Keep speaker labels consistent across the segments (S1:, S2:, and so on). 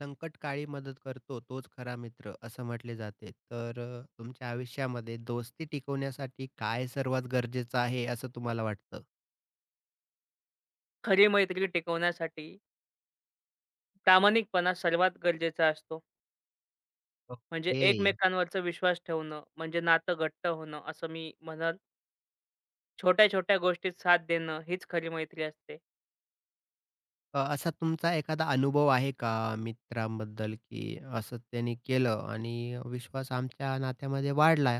S1: संकटकाळी मदत करतो तोच खरा मित्र असं म्हटले जाते. तर तुमच्या आयुष्यामध्ये दोस्ती टिकवण्यासाठी काय सर्वात गरजेचं आहे असं तुम्हाला वाटतं?
S2: खरी मैत्री टिकवण्यासाठी प्रामाणिकपणा सर्वात गरजेचा असतो. म्हणजे
S1: ओके.
S2: एकमेकांवरचा विश्वास ठेवणं, म्हणजे नातं घट्ट होणं असं मी म्हणेल. छोट्या-छोट्या गोष्टीत साथ देणं हीच खरी मैत्री असते.
S1: असा तुमचा एखादा अनुभव आहे का मित्रांबद्दल, की असं त्यांनी केलं आणि विश्वास आमच्या नात्यामध्ये वाढला?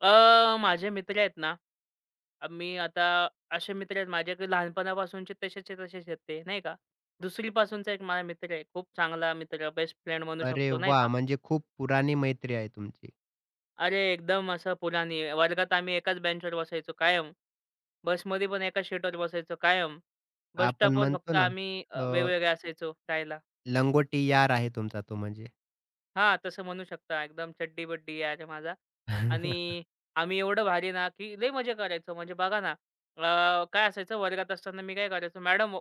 S2: माझे मित्र आहेत ना, अ, मी आता असे मित्र आहेत माझ्याकडे लहानपणापासूनचे तसेच्या तसेच आहेत ते, नाही का. 2री एक माझा मित्र आहे. खूप चांगला मित्र, बेस्ट फ्रेंड म्हणू
S1: अरे
S2: शकतो, नाही
S1: वाह!
S2: का.
S1: म्हणजे खूप पुराणी मैत्री आहे तुमची.
S2: अरे एकदम असं पुराणी. वर्गात आम्ही एकाच बेंचवर बसायचो कायम. बसमध्ये पण एकाच सीटवर बसायचो कायम. बस
S1: आपण
S2: स्टॉपवर
S1: म्हणतो
S2: फक्त
S1: ना,
S2: आम्ही
S1: अ,
S2: वेगवेगळे असायचो राहायला.
S1: लंगोटी यार आहे तुमचा तो म्हणजे.
S2: हां, तसं म्हणू शकता. एकदम चड्डी-बड्डी यार माझा. आणि आम्ही एवढं भारी ना, की लय मजा करायचो. म्हणजे बघा ना, काय असायचं वर्गात असताना मी काय करायचो, "madam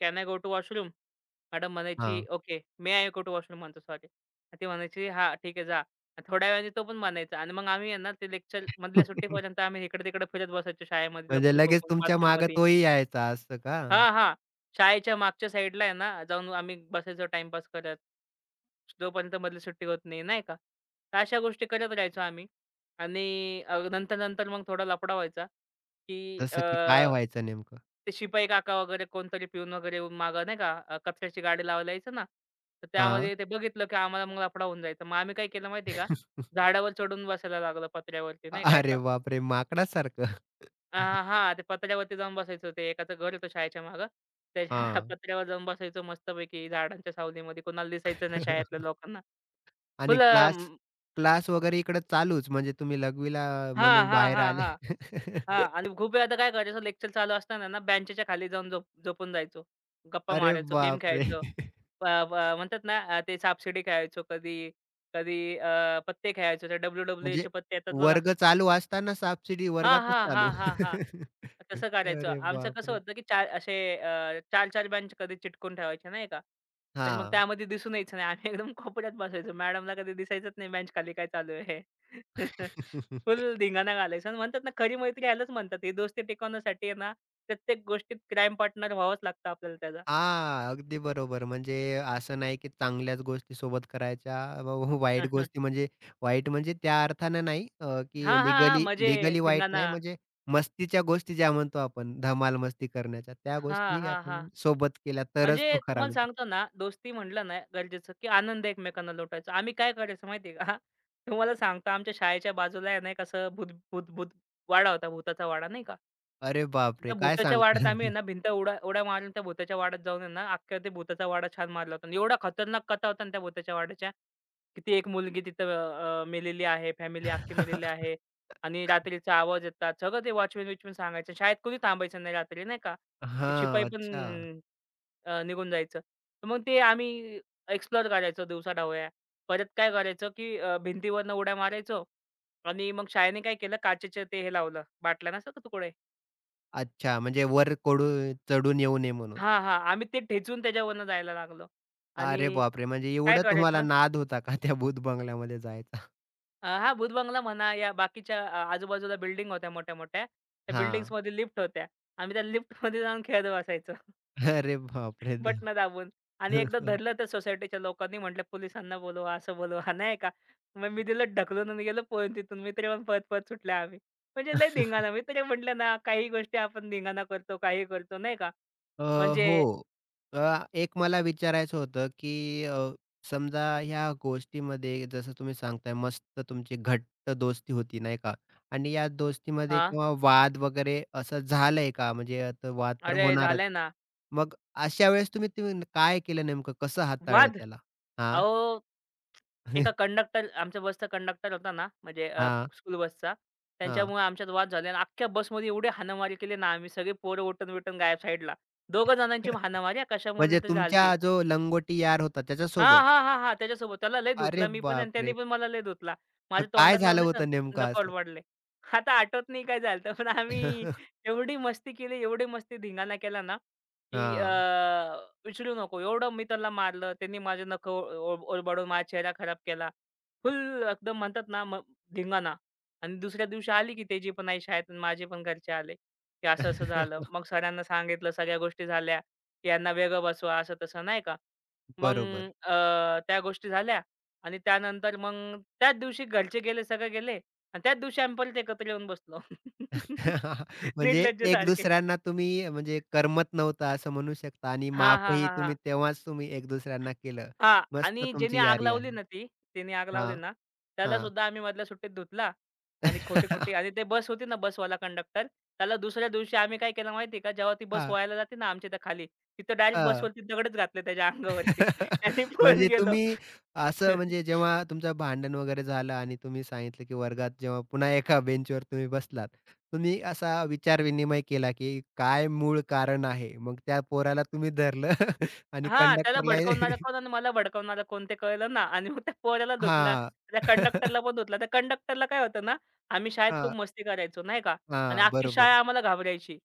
S2: can I go to washroom?" Madam म्हणायची,
S1: हां.
S2: "Okay, may I go to washroom" म्हणतो सॉरी. ती म्हणायची, "हां, ठीक आहे, जा." आणि थोड्या वेळाने तो पण म्हणायचा आणि मग आम्ही आहे ना, ते लेक्चर मधल्या सुट्टीपर्यंत आम्ही इकडे-तिकडे फिरत बसायचो शाळेमध्ये
S1: म्हणजे लगेच
S2: लपून-बुपून
S1: तुमच्या मागे
S2: बाथरूममध्ये.
S1: तोही यायचा असं का?
S2: हां, हां. शाळेच्या मागच्या साइडला आहे ना, जाऊन आम्ही बसायचो टाईमपास करत. जोपर्यंत मधली सुट्टी होत नाही, नाही का? तर अशा गोष्टी करत राहायचो आम्ही. आणि नंतर-नंतर मग थोडा लफडा व्हायचा, की
S1: जसं की काय व्हायचं नेमकं?
S2: ते शिपाई काका वगैरे कोणतरी पिऊन वगैरे येऊन मागं नाही का कचऱ्याची गाडी लावायला यायचं ना, तर
S1: हां.
S2: त्यामध्ये ते बघितलं, की आम्हाला मग लफडा होऊन जायचा. मग आम्ही काय केलं माहिती आहे का? झाडावर चढून बसायला लागलो पत्र्यावरती नाही का
S1: अरे
S2: एका.
S1: बापरे! माकडासारखं.
S2: हां, ते पत्र्यावरती जाऊन बसायचो. ते एकाचं घर होतं शाळेच्या मागं. त्याच्या
S1: हां.
S2: पत्र्यावर जाऊन बसायचो मस्तपैकी झाडांच्या सावलीमध्ये. कोणाला दिसायचं नाही शाळेतल्या लोकांना.
S1: आणि
S2: फुल अ,
S1: क्लास क्लास वगैरे इकडे चालूच म्हणजे तुम्ही लघवीला
S2: हां,
S1: म्हणून
S2: हां,
S1: बाहेर
S2: हां,
S1: आले.
S2: हां, हां. आणि खूप वेळा आता काय करायचो लेक्चर चालू असताना ना बेंचच्या खाली जाऊन झोप झोपून जायचो. गप्पा
S1: अरे
S2: मारायचो, गेम
S1: बापरे!
S2: खेळायचो. प प म्हणतात ना ते सापशिडी खेळायचो कधी, कधी पत्ते खेळायचो. ते
S1: म्हणजे
S2: डब्ल्यू-डब्ल्यू-एचे पत्ते येतात बघा.
S1: वर्ग चालू असताना सबसिडी
S2: हां,
S1: वर्गातच
S2: हां, हां,
S1: चालू.
S2: हां, हां. तसं करायचं.
S1: अरे
S2: आमचं कसं
S1: बापरे!
S2: होतं, की चार असे 4-4 बेंच कधी चिटकून ठेवायचे नाही का. तर मग
S1: हां.
S2: त्यामध्ये दिसून यायचं नाही. आम्ही एकदम कोपऱ्यात बसायचो. मॅडमला कधी दिसायचंच नाही बेंच खाली काय चालू आहे. फुल धिंगाणा घालायचा. आणि म्हणतात ना खरी मैत्री ह्यालाच म्हणतात. ही दोस्ती टिकवण्यासाठी आहे ना, प्रत्येक गोष्टीत क्राईम पार्टनर व्हावंच लागतं आपल्याला त्याचा.
S1: हां, अगदी बरोबर. म्हणजे असं नाही की चांगल्याच गोष्टी सोबत करायच्या. व व- वाईट गोष्टी म्हणजे वाईट म्हणजे त्या अर्थानं नाही,
S2: हां,
S1: की
S2: हां, हां.
S1: लीगली
S2: म्हणजे
S1: लीगली वाईट
S2: धिंगाणा.
S1: नाही म्हणजे मस्तीच्या गोष्टी ज्या म्हणतो आपण धमाल मस्ती करण्याच्या त्या
S2: हां,
S1: गोष्टी
S2: हां, हां.
S1: आपण सोबत केल्या तरच
S2: म्हणजे
S1: तो खरा
S2: तुम्हाला
S1: मित्र.
S2: सांगतो ना, दोस्ती म्हटलं ना गरजेचं, की आनंद एकमेकांना लुटायचा. आम्ही काय करायचो माहिती आहे का? तुम्हाला सांगतो आमच्या शाळेच्या बाजूला आहे ना, एक असं भूत भूत भूत वाडा होता, भुताचा वाडा नाही का?
S1: अरे
S2: त्या
S1: बापरे! काय
S2: भुताच्या वाड्यात आम्ही
S1: सांगता?
S2: आहे ना, भिंत उड्या उड्या मारून त्या भुताच्या वाड्यात जाऊन आहे ना, अख्खा ते भुताचा वाडा छान मारला होता. आणि एवढा खतरनाक कथा होता ना त्या भुताच्या वाड्याच्या, की ती एक मुलगी तिथं मेलेली आहे, फॅमिली अख्खी मेलेली आहे. आणि रात्रीचा आवाज येतात. सगळं ते वॉचमन-बिचमन सांगायचं. शाळेत कोणी थांबायचं नाही रात्री नाही का? ते शिपाई
S1: हां, अच्छा.
S2: पण निघून जायचं. तर मग ते आम्ही एक्सप्लोर करायचो दिवसाढवळ्या. परत काय करायचं, की भिंतीवरनं उड्या मारायचो. आणि मग शाळेने काय केलं काचेचे ते हे लावलं, बाटल्या नसतात का तुकडे?
S1: अच्छा, म्हणजे वर कोडू चढून येऊ नये म्हणून.
S2: हां, हां. आम्ही ते ठेचून त्याच्यावरनं जायला लागलो. आणि
S1: अरे बापरे! म्हणजे
S2: काय
S1: एवढं तुम्हाला
S2: करायचं,
S1: नाद होता का त्या भूत बंगल्यामध्ये जायचा?
S2: हां, भूतबंगला म्हणा या बाकीच्या आजूबाजूला बिल्डिंग होत्या मोठ्या-मोठ्या. त्या
S1: हां.
S2: बिल्डिंग्समध्ये लिफ्ट होत्या. आम्ही त्या लिफ्टमध्ये जाऊन खेळत बसायचो.
S1: अरे बापरे
S2: बटन
S1: देवा!
S2: दाबून. आणि एकदा धरलं तर सोसायटीच्या लोकांनी म्हटलं, "पोलिसांना बोलवा, असं बोलवा." नाही का. मग मी दिलं ढकलून आणि गेलो पळून तिथून. मित्र पण पळत-पळत सुटले आम्ही. म्हणजे लय धिंगाणा. मित्र म्हटलं ना, काही गोष्टी आपण धिंगाणा करतो, काही करतो नाही का.
S1: अ,
S2: म्हणजे
S1: हो. एक मला विचारायचं होतं, की समजा ह्या गोष्टीमध्ये जसं तुम्ही सांगताय मस्त तुमची घट्ट दोस्ती होती नाही का? आणि या दोस्तीमध्ये
S2: हां.
S1: किंवा वाद वगैरे असं झालंय का? म्हणजे आता वाद तर
S2: अरे,
S1: होणारच.
S2: झालंय ना
S1: मग अशा वेळेस तुम्ही तुम्ही न- काय केलं नेमकं? कसं हाताळलं
S2: वाद.
S1: त्याला? हां.
S2: अहो, एका कंडक्टर आमच्या बसचा कंडक्टर होता ना, म्हणजे
S1: हां,
S2: स्कूल बसचा.
S1: हां.
S2: त्यांच्यामुळे आमच्यात वाद झाले आणि अख्ख्या बसमध्ये एवढी हाणामारी केली ना आम्ही. सगळी पोरं उठून-बिठून गायब साईडला. दोघं जणांची हाणामारी हा, कशामुळे
S1: म्हणजे
S2: तर झाली.
S1: तुमच्या जो लंगोटी यार होता
S2: हां,
S1: त्याच्यासोबत?
S2: हां, हां, हां. त्याच्यासोबत त्याला लय
S1: अरे
S2: धुतला मी पण आणि त्यानी
S1: बापरे!
S2: पण मला लय धुतला.
S1: तर
S2: माझ्या
S1: काय
S2: तोंडातला
S1: झालं
S2: नाही का
S1: होतं नेमकं.
S2: नकल वाढले. आता आठवत नाही काय झालं पण आम्ही एवढी मस्ती केली, एवढी मस्ती धिंगाणा केला ना, की
S1: हां.
S2: विचारू नको. एवढं मी त्याला मारलं. त्यांनी माझे नखं ओ माझा चेहरा खराब केला. फुल एकदम म्हणतात ना धिंगाणा. आणि दुसऱ्या दिवशी आली की त्याची पण आई शाळेत आणि माझे पण घरचे आले, की असं-असं झालं. मग सरांना सांगितलं, सगळ्या गोष्टी झाल्या, की यांना वेगळं बसवा असं-तसं नाही का. मग
S1: बरोबर.
S2: त्या गोष्टी झाल्या आणि त्यानंतर मग त्याच दिवशी घरचे गेले, सगळे गेले आणि त्याच दिवशी आम्ही परत एकत्र येऊन बसलो.
S1: म्हणजे
S2: निर्लज्ज
S1: एक
S2: सारखे.
S1: दुसऱ्यांना तुम्ही म्हणजे करमत नव्हतं असं म्हणू शकता आणि
S2: हां, हां,
S1: माफही
S2: हां,
S1: तुम्ही
S2: हां.
S1: तेव्हाच तुम्ही एक दुसऱ्यांना केलं.
S2: हां.
S1: मस्त
S2: आणि ज्यानी
S1: तुमची
S2: आग
S1: यारी
S2: लावली
S1: आहे.
S2: ना ती, त्यानी आग लावली
S1: हां,
S2: ना, त्याला
S1: हां.
S2: सुद्धा आम्ही मधल्या सुट्टीत धुतला. आणि खोटी-खोटी आणि ते बस होती ना बसवाला कंडक्टर, त्याला दुसऱ्या दिवशी आम्ही काय केलं माहिती आहे का, जेव्हा ती बस
S1: हां,
S2: वळायला जाते ना आमच्या इथे खाली, तिथं डायरेक्ट
S1: हां.
S2: बसवरती दगडच घातले त्याच्या अंगावरती आणि पळून
S1: म्हणजे
S2: गेलो.
S1: तुम्ही असं म्हणजे जेव्हा तुमचं भांडण वगैरे झालं आणि तुम्ही सांगितलं, की वर्गात जेव्हा पुन्हा एका बेंचवर तुम्ही बसलात, तुम्ही असा विचार-विनिमय केला, की काय मूळ कारण आहे? मग त्या पोराला तुम्ही धरलं आणि
S2: हां, त्याला
S1: कंडक्टरला.
S2: भडकवणारा कोण आणि मला भडकवणारा कोण ते कळलं ना आणि मग त्या पोराला धुतला,
S1: हां.
S2: त्या कंडक्टरला पण धुतला. त्या कंडक्टरला काय होतं ना, आम्ही शाळेत खूप
S1: हां,
S2: मस्ती करायचो नाही का. आणि
S1: हां.
S2: अख्खी शाळा
S1: बरोबर.
S2: आम्हाला घाबरायची.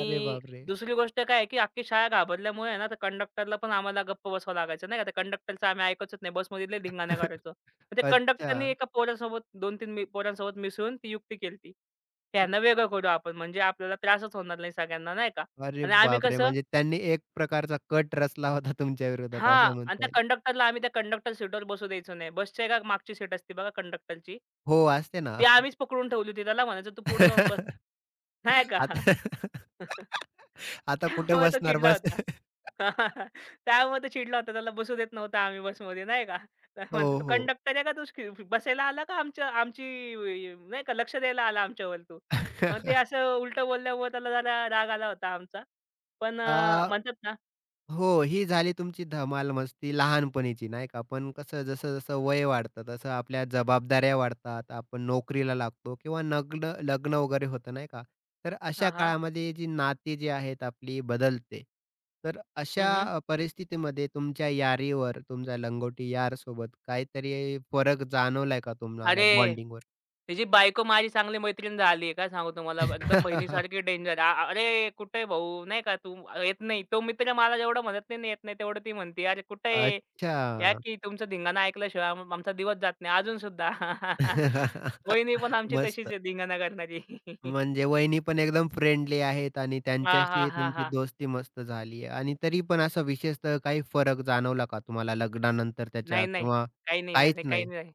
S1: अरे बापरे!
S2: दुसरी गोष्ट काय आहे, की अख्खी शाळा घाबरल्यामुळे आहे ना, त्या कंडक्टरला पण आम्हाला गप्प बसावं लागायचं नाही का. त्या कंडक्टरचं आम्ही ऐकायचोच नाही. बसमध्ये लय धिंगाणा करायचो. मग त्या कंडक्टरनी
S1: अच्छा.
S2: एका पोरासोबत 2-3 पोरांसोबत मिसळून ती युक्ती केलती. ह्यांना वेगळं करू आपण म्हणजे आपल्याला त्रासच होणार नाही सगळ्यांना नाही का.
S1: अरे
S2: आणि आम्ही
S1: बापरे!
S2: कसं
S1: म्हणजे त्यांनी एक प्रकारचा कट रचला होता तुमच्या विरोधात
S2: हां.
S1: असं
S2: आणि
S1: म्हणता
S2: त्या
S1: येईल.
S2: कंडक्टरला आम्ही त्या कंडक्टर सीटवर बसू द्यायचो नाही. बसच्या एका मागची सीट असते बघा कंडक्टरची.
S1: हो, असते ना.
S2: ती आम्हीच पकडून ठेवली होती. त्याला म्हणायचो, "तू पुढे जाऊन बस." नाही का?
S1: आता आता कुठे
S2: त्यामुळे तो
S1: बसणार
S2: चिडला
S1: बस.
S2: होता. त्यामुळे तो चिडला होता. त्याला बसू देत नव्हता आम्ही बसमध्ये नाही का? तर
S1: हो,
S2: म्हणतो, "तो
S1: हो.
S2: कंडक्टर आहे का तू श बसायला आला का आमच्या आमची वे- नाही का लक्ष द्यायला आला आमच्यावर तू?" मग ते असं उलटं बोलल्यामुळे त्याला जरा राग आला होता आमचा. पण
S1: अ,
S2: अ, म्हणतात ना.
S1: हो, ही झाली तुमची धमाल मस्ती लहानपणीची नाही का? पण कसं जसं-जसं वय वाढतं, तसं आपल्या जबाबदाऱ्या वाढतात. आपण नोकरीला लागतो किंवा लग्न वगैरे होतं नाही का? तर अशा
S2: हां, हां.
S1: काळामध्ये जी नाती जी आहेत आपली बदलते. तर अशा
S2: हं, हं.
S1: परिस्थितीमध्ये तुमच्या यारीवर, तुमच्या लंगोटी यारसोबत काहीतरी फरक जाणवलाय का
S2: अरे
S1: तुम्हाला बॉन्डिंगवर?
S2: त्याची बायको माझी चांगली मैत्रीण झाली आहे. काय सांगू तुम्हाला एकदम बहिणीसारखी डेंजर. "आ अरे कुठे आहे भाऊ? नाही का तू येत नाही." तो मित्र मला जेवढं म्हणत नाही ना, "येत नाही," तेवढं ती म्हणते, "अरे कुठे आहे? या
S1: अच्छा.
S2: की तुमचा धिंगाणा ऐकल्याशिवाय आम आमचा दिवस जात नाही अजून सुद्धा." वहिनी पण आमची तशीच
S1: मस्त.
S2: आहे धिंगाणा करणारी.
S1: म्हणजे वहिनी पण एकदम फ्रेंडली आहेत आणि
S2: हां, हां,
S1: त्यांच्याशी
S2: हां,
S1: तुमची
S2: हां.
S1: दोस्ती मस्त झाली आहे आणि तरी पण असा विशेषतः काही फरक जाणवला का तुम्हाला लग्नानंतर त्याच्या
S2: नाही, नाही.
S1: किंवा
S2: काही नाही, नाही,
S1: काहीच
S2: नाही, काही
S1: नाही?
S2: नाही.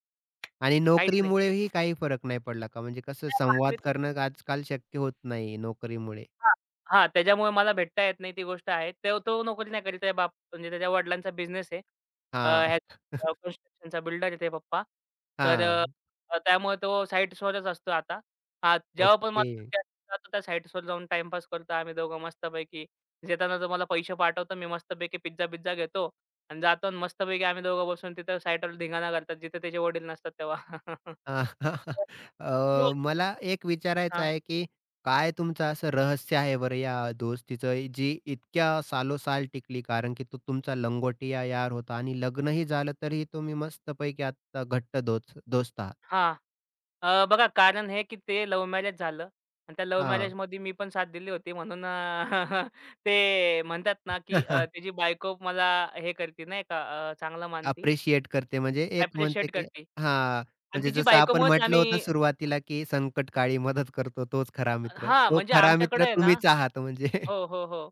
S1: आणि
S2: काहीच
S1: नोकरीमुळेही काही फरक नाही पडला का? म्हणजे कसं
S2: नाही.
S1: संवाद करणं आजकाल शक्य होत नाही नोकरीमुळे.
S2: हां. हां, त्याच्यामुळे मला भेटता येत नाही ती गोष्ट आहे. ते तो नोकरी नाही करीत त्याचे बाप म्हणजे त्याच्या वडिलांचा बिझनेस आहे.
S1: हां,
S2: कन्स्ट्रक्शनचा बिल्डर आहे ते पप्पा. तर
S1: हां.
S2: अ, त्यामुळे तो साईट्सवरच असतो आता. हां, जेव्हा पण
S1: ओके.
S2: मला सुट्टी असते जातो त्या साईट्सवर जाऊन टाईमपास करतो आम्ही दोघं मस्तपैकी. येताना तो मला पैसे पाठवतो. मी मस्तपैकी पिझ्झा-बिझ्झा घेतो. आणि जातो आणि मस्तपैकी आम्ही दोघं बसून तिथं साईटवर धिंगाणा करतात जिथे त्याचे वडील नसतात तेव्हा.
S1: अ, मला एक विचारायचं आहे, की काय तुमचं असं रहस्य आहे बरं या दोस्तीचं, जी इतक्या सालोसाल टिकली? कारण की तो तुमचा लंगोटिया यार होता आणि लग्नही झालं, तरीही तुम्ही मस्तपैकी आत्ता घट्ट दोस्त दोस्त आहात.
S2: हां. बघा कारण हे, की ते लव्ह मॅरेज झालं आणि त्या लव्ह
S1: हां.
S2: मॅरेजमध्ये मी पण साथ दिली होती म्हणून. ते म्हणतात ना, की त्याची बायको मला हे करते नाही का, चांगलं मानती,
S1: अप्रिशिएट करते म्हणजे एक म्हणते,
S2: ॲप्रिशिएट
S1: की
S2: करते.
S1: हां,
S2: आणि
S1: म्हणजे
S2: तिची
S1: जसं आपण
S2: बायकोमुळेच
S1: म्हटलं होतं
S2: आम्ही
S1: सुरुवातीला, की संकटकाळी मदत करतो तोच खरा मित्र.
S2: हां,
S1: तो
S2: म्हणजे
S1: खरा
S2: आमच्याकडे
S1: मित्र
S2: आहे ना.
S1: तुम्हीच आहात म्हणजे.
S2: हो, हो, हो.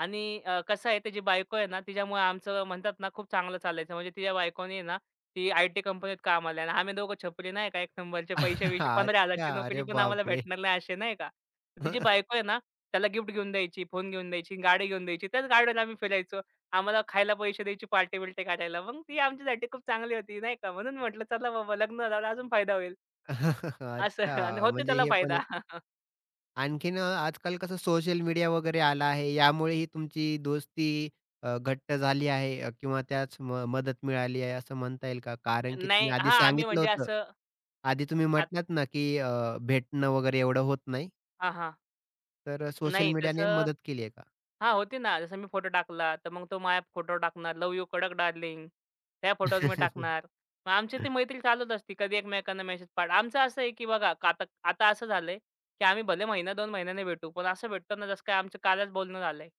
S2: आणि कसं आहे त्याची बायको आहे ना, तिच्यामुळे आमचं म्हणतात ना खूप चांगलं चालायचं. म्हणजे तिच्या बायकोने आहे ना, ती आय-टी कंपनीत कामाला आहे आणि आम्ही दोघं छपरी नाही का, एक नंबरचे पैसे-वैसे 15,000 ची
S1: अच्छा.
S2: नोकरी
S1: अरे
S2: पण आम्हाला
S1: बापरे!
S2: भेटणार नाही असे नाही का. तर तिची बायको आहे ना, त्याला गिफ्ट घेऊन द्यायची, फोन घेऊन द्यायची, गाडी घेऊन द्यायची. त्याच गाडीवर आम्ही फिरायचो. आम्हाला खायला पैसे द्यायची, पार्टी-बिर्टी करायला. मग ती आमच्यासाठी खूप चांगली होती नाही का. म्हणून म्हटलं चला बाबा लग्न झाल्यावर अजून फायदा होईल असं. आणि
S1: अच्छा,
S2: होते
S1: म्हणजे
S2: त्याला
S1: हे पण
S2: फायदा.
S1: एक आणखीन, आजकाल कसं सोशल मीडिया वगैरे आला आहे, यामुळे ही तुमची दोस्ती घट्ट झाली आहे, किंवा त्यास मदत मिळाली आहे असं म्हणता येईल का? कारण की
S2: नाही
S1: तुम्ही आधी
S2: हां, आम्ही
S1: सांगितलं
S2: म्हणजे
S1: होतं.
S2: असं
S1: आधी तुम्ही
S2: आत
S1: म्हटलात ना, की भेटणं वगैरे एवढं होत नाही,
S2: हां, हां.
S1: तर सोशल
S2: नाही
S1: मीडियाने
S2: तसं
S1: मदत केली आहे का?
S2: हां, होती ना. जसं मी फोटो टाकला, तर मग तो माझ्या फोटोवर टाकणार, "लव्ह यू कडक डार्लिंग." त्या फोटोवर मी टाकणार. मग आमची ती मैत्री चालूच असते. कधी एकमेकांना मेसेज पाठ आमचं असं आहे, की बघा का- आता आता असं झालंय, की आम्ही भले महिना 2 महिन्याने भेटू, पण असं भेटतो ना जसं काय आमचं कालच बोलणं झालंय.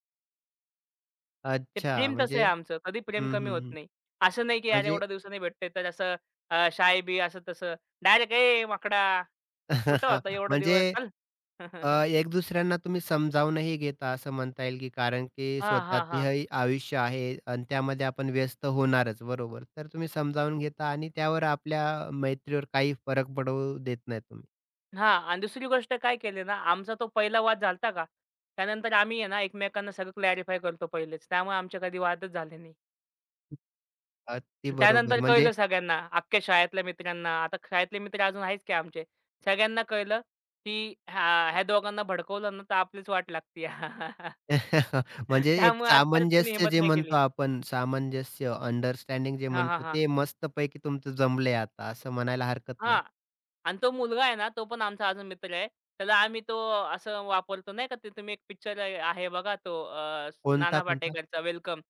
S2: ते
S1: अच्छा,
S2: प्रेम तसं
S1: म्हणजे
S2: आहे आमचं. कधी प्रेम
S1: हं,
S2: कमी
S1: हं,
S2: होत
S1: हं.
S2: नाही. असं नाही, की "अरे
S1: म्हणजे
S2: एवढ्या दिवसांनी भेटतोय, तर असं शाय-बी" असं-तसं. डायरेक्ट "ए माकडा, कुठं होता एवढा दिवस?
S1: म्हणजे
S2: चल."
S1: अ, एक दुसऱ्यांना तुम्ही समजावूनही घेता असं म्हणता येईल, की कारण की
S2: हां, हां, हां.
S1: स्वतःचंही आयुष्य आहे आणि त्यामध्ये आपण व्यस्त होणारच, बरोबर. तर तुम्ही समजावून घेता आणि त्यावर आपल्या मैत्रीवर काही फरक पडवू देत नाही तुम्ही.
S2: हां. आणि दुसरी गोष्ट काय केली ना, आमचा तो पहिला वाद झाला होता का, त्यानंतर आम्ही आहे ना एकमेकांना सगळं क्लॅरिफाय करतो पहिलेच. त्यामुळे आमचे कधी वादच झाले नाही.
S1: अगदी
S2: आणि
S1: बरोबर.
S2: त्यानंतर
S1: म्हणजे
S2: कळलं सगळ्यांना, अख्ख्या शाळेतल्या मित्रांना. आता शाळेतले मित्र अजून आहेच की आमचे. सगळ्यांना कळलं, की ह्या ह्या दोघांना भडकवलं ना तर आपलीच वाट लागते.
S1: म्हणजे एक
S2: त्यामुळे आज परत कोणी
S1: सामंजस्य
S2: हिंमत
S1: जे
S2: नाही केली.
S1: म्हणतो आपण, सामंजस्य, अंडरस्टँडिंग जे
S2: हां, हां,
S1: म्हणतो,
S2: हां.
S1: ते मस्तपैकी तुमचं जमलंय आता असं म्हणायला हरकत नाही.
S2: हां. आणि तो मुलगा आहे ना, तो पण आमचा अजून मित्र आहे. त्याला आम्ही तो असं वापरतो नाही का, ते तुम्ही एक पिक्चर आहे आहे बघा तो
S1: कोणता,
S2: नाना
S1: कोणता?
S2: पाटेकरचा वेलकम.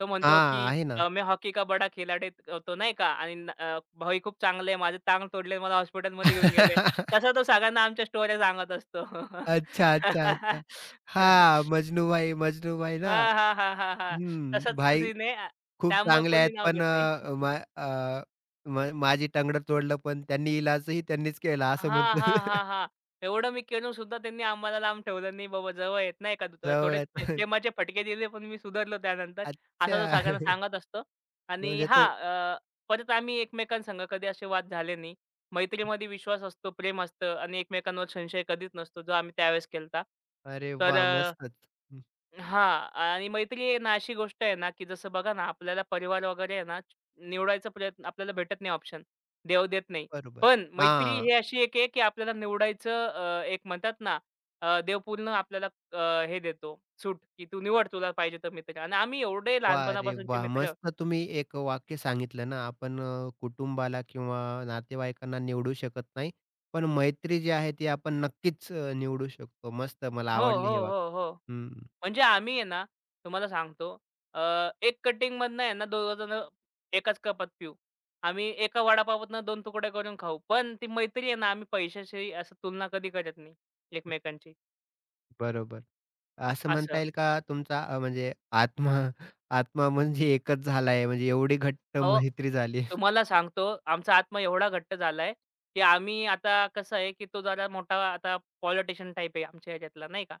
S2: तो म्हणतो,
S1: हां,
S2: की
S1: आहे ना.
S2: "मैं हॉकी का बडा खिलाडी होतो" नाही का आणि "भाई खूप चांगले आहे. माझे टांग तोडले, मला हॉस्पिटलमध्ये घेऊन गेले." तसा तो सगळ्यांना आमच्या स्टोऱ्या सांगत असतो.
S1: अच्छा, अच्छा, अच्छा. हां, मजनू भाई, मजनू भाई ना.
S2: हां, हां, हां, हां, हां.
S1: हं,
S2: तसाच
S1: भाई
S2: सीन आहे.
S1: खूप
S2: त्यामुळे
S1: चांगले
S2: कोणी
S1: आहेत,
S2: नाव
S1: पण
S2: घेत नाही.
S1: अ, मा अ, म माझी टंगडं तोडलं, पण त्यांनी इलाजही त्यांनीच केला असं
S2: हां,
S1: म्हणतात.
S2: हां, हां, हां. एवढं मी करून सुद्धा त्यांनी आम्हाला लांब ठेवलं नाही बाबा जवळ येत नाही का
S1: जवळ
S2: थोडे प्रे
S1: आहेत.
S2: प्रेमाचे फटके दिले पण मी सुधारलो त्यानंतर. असं
S1: अच्छा.
S2: तो सगळ्यांना सांगत असतो. आणि
S1: म्हणजे
S2: हां,
S1: तो
S2: अ, परत आम्ही एकमेकांसंग कधी असे वाद झाले नाही. मैत्रीमध्ये विश्वास असतो, प्रेम असतं आणि एकमेकांवर संशय कधीच नसतो, जो आम्ही त्यावेळेस केला.
S1: अरे
S2: तर
S1: वाह! मस्तच. हं,
S2: हां. आणि मैत्री आहे ना, अशी गोष्ट आहे ना, की जसं बघा ना, आपल्याला परिवार वगैरे आहे ना, निवडायचा प्रयत्न आपल्याला भेटत नाही ऑप्शन. देव देत नाही.
S1: बरोबर.
S2: पण मैत्री
S1: हां.
S2: ही अशी एक आहे, की आपल्याला निवडायचं एक म्हणतात ना, देव पूर्ण आपल्याला हे देतो सूट, की तू निवड तुला पाहिजे तो मित्र. आणि आम्ही एवढे
S1: वाह रे
S2: लहानपणापासूनचे
S1: वाह!
S2: मित्र.
S1: मस्त तुम्ही एक वाक्य सांगितलं ना, आपण कुटुंबाला किंवा नातेवाईकांना निवडू शकत नाही. पण मैत्री जी आहे ती आपण नक्कीच निवडू शकतो. मस्त मला
S2: हो,
S1: आवडली
S2: हो,
S1: हे
S2: हो, हो.
S1: वाक्य. हं,
S2: म्हणजे आम्ही आहे ना, तुम्हाला सांगतो अ, एक कटिंगमधनं आहे ना, दोघंजणं एकाच कपात पिऊ. आम्ही एका वडापावातनं दोन तुकडे करून खाऊ. पण ती मैत्री आहे ना, आम्ही पैशाशी असं तुलना कधी करत नाही एकमेकांची,
S1: बरोबर. असं म्हणता
S2: असं.
S1: येईल का तुमचा म्हणजे आत्मा आत्मा म्हणजे एकच झाला आहे म्हणजे एवढी घट्ट
S2: अहो,
S1: मैत्री झाली.
S2: तुम्हाला सांगतो आमचा आत्मा एवढा घट्ट झालाय, की आम्ही आता कसं आहे, की तो जरा मोठा आता पॉलिटिशियन टाइप आहे आमच्या ह्याच्यातला नाही का.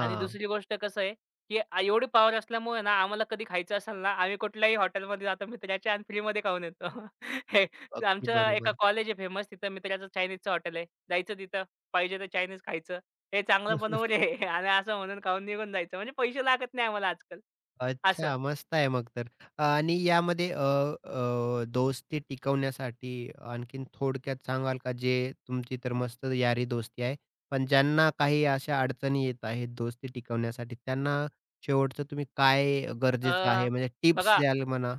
S2: आणि दुसरी गोष्ट कसं आहे, की आ- एवढी पॉवर असल्यामुळे ना आम्हाला कधी खायचं असेल ना, आम्ही कुठल्याही हॉटेलमध्ये जातो मित्राच्या आणि फ्रीमध्ये खाऊन येतो. हे
S1: अगदी
S2: आमच्या एका
S1: बरोबर.
S2: कॉलेज आहे फेमस तिथं मित्राचं चायनीजचं हॉटेल आहे. जायचं तिथं पाहिजे तर चायनीज खायचं. हे चांगलं बनवलं आहे. आणि असं म्हणून खाऊन निघून जायचं. म्हणजे पैसे लागत नाही आम्हाला आजकाल. असं.
S1: अच्छा, मस्त आहे मग तर. आणि यामध्ये अ, अ, दोस्ती टिकवण्यासाठी आणखीन थोडक्यात सांगाल का? जे तुमची तर मस्त यारी दोस्ती आहे. पण ज्यांना काही अशा अडचणी येत आहेत दोस्ती टिकवण्यासाठी, त्यांना शेवटचं तुम्ही काय
S2: अ,
S1: गरजेचं आहे म्हणजे टिप्स
S2: बघा
S1: द्याल म्हणा?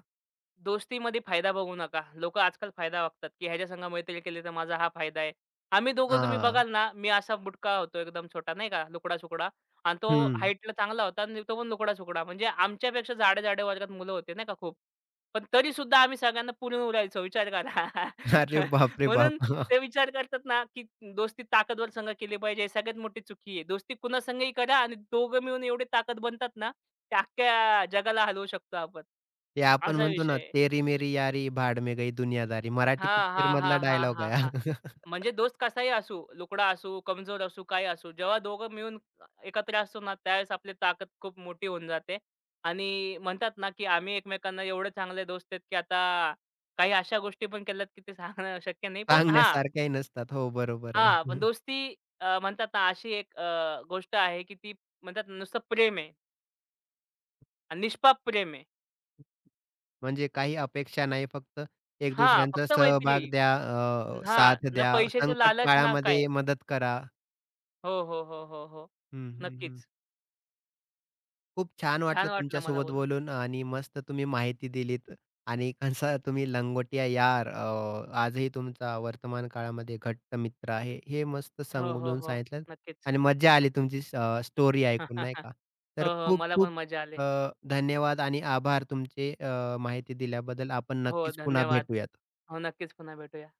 S2: दोस्तीमध्ये फायदा बघू नका. लोकं आजकाल फायदा बघतात, की ह्याच्या संग मैत्री केली तर माझा हा फायदा आहे. आम्ही दोघं तुम्ही
S1: हां.
S2: बघाल ना, मी असा बुटका होतो एकदम छोटा नाही का, लुकडा-सुकडा. आणि तो
S1: हं.
S2: हाईटला चांगला होता आणि तो पण लुकडा-सुकडा. म्हणजे आमच्यापेक्षा जाड्या-जाड्या वर्गात मुलं होते नाही का खूप. पण तरी सुद्धा आम्ही सगळ्यांना पुरून उरायचो विचार करा.
S1: अरे बापरे बाप!
S2: म्हणून ते विचार करतात ना, की दोस्ती ताकदवर संग केली पाहिजे. ही सगळ्यात मोठी चुकी आहे. दोस्ती कुणासंगही करा आणि दोघं मिळून एवढी ताकद बनतात ना, की अख्ख्या जगाला हलवू शकतो आपण.
S1: ते आपण
S2: असा
S1: म्हणतो
S2: विषय
S1: ना,
S2: आहे.
S1: "तेरी मेरी यारी भाड में गई दुनियादारी." मराठी
S2: हां, हां,
S1: पिक्चरमधला
S2: हां, हां,
S1: डायलॉग
S2: हां,
S1: आहे
S2: हां.
S1: हा.
S2: म्हणजे दोस्त कसाही असू, लुकडा असू, कमजोर असू, काही असू. जेव्हा दोघं मिळून एकत्र असतो ना, त्यावेळेस आपली ताकद खूप मोठी होऊन जाते आणि म्हणतात ना, की आम्ही एकमेकांना एवढे चांगले दोस्त आहेत, की आता काही अशा गोष्टी पण केल्यात, की ते सांगणं शक्य नाही. पण हां,
S1: सांगण्यासारख्याही नसतात. हो, बरोबर
S2: हां, पण
S1: आहे.
S2: दोस्ती अ, म्हणतात ना, अशी एक गोष्ट आहे, की ती म्हणतात ना, नुसतं प्रेम आहे आणि निष्पाप प्रेम आहे.
S1: म्हणजे काही अपेक्षा नाही, फक्त एक
S2: हां,
S1: दुसऱ्यांचा
S2: फक्त मैत्री.
S1: सहभाग द्या,
S2: हां,
S1: साथ
S2: ना
S1: द्या,
S2: पैशाचं
S1: संकट
S2: लालच ना काय.
S1: काळामध्ये मदत करा.
S2: हो, हो, हो, हो, हो.
S1: हं, हं, हं.
S2: नक्कीच.
S1: खूप छान
S2: छान
S1: वाटलं
S2: वाटलं मला
S1: तुमच्यासोबत
S2: बोलून.
S1: बोलून आणि मस्त तुम्ही माहिती दिलीत आणि कसा तुम्ही लंगोटिया यार, आजही तुमचा वर्तमान काळामध्ये घट्ट मित्र आहे, हे मस्त
S2: हो, हो,
S1: समजून
S2: हो.
S1: सांगितलं
S2: नक्कीच.
S1: आणि मज्जा आली तुमची स्टोरी ऐकून नाही का.
S2: हो,
S1: तर
S2: हो.
S1: खूप
S2: मला पण
S1: खूप
S2: मजा आली.
S1: अ, धन्यवाद आणि आभार तुमचे, माहिती दिल्याबद्दल. आपण
S2: हो,
S1: नक्कीच पुन्हा
S2: धन्यवाद.
S1: भेटूयात.
S2: हो, नक्कीच पुन्हा भेटूया.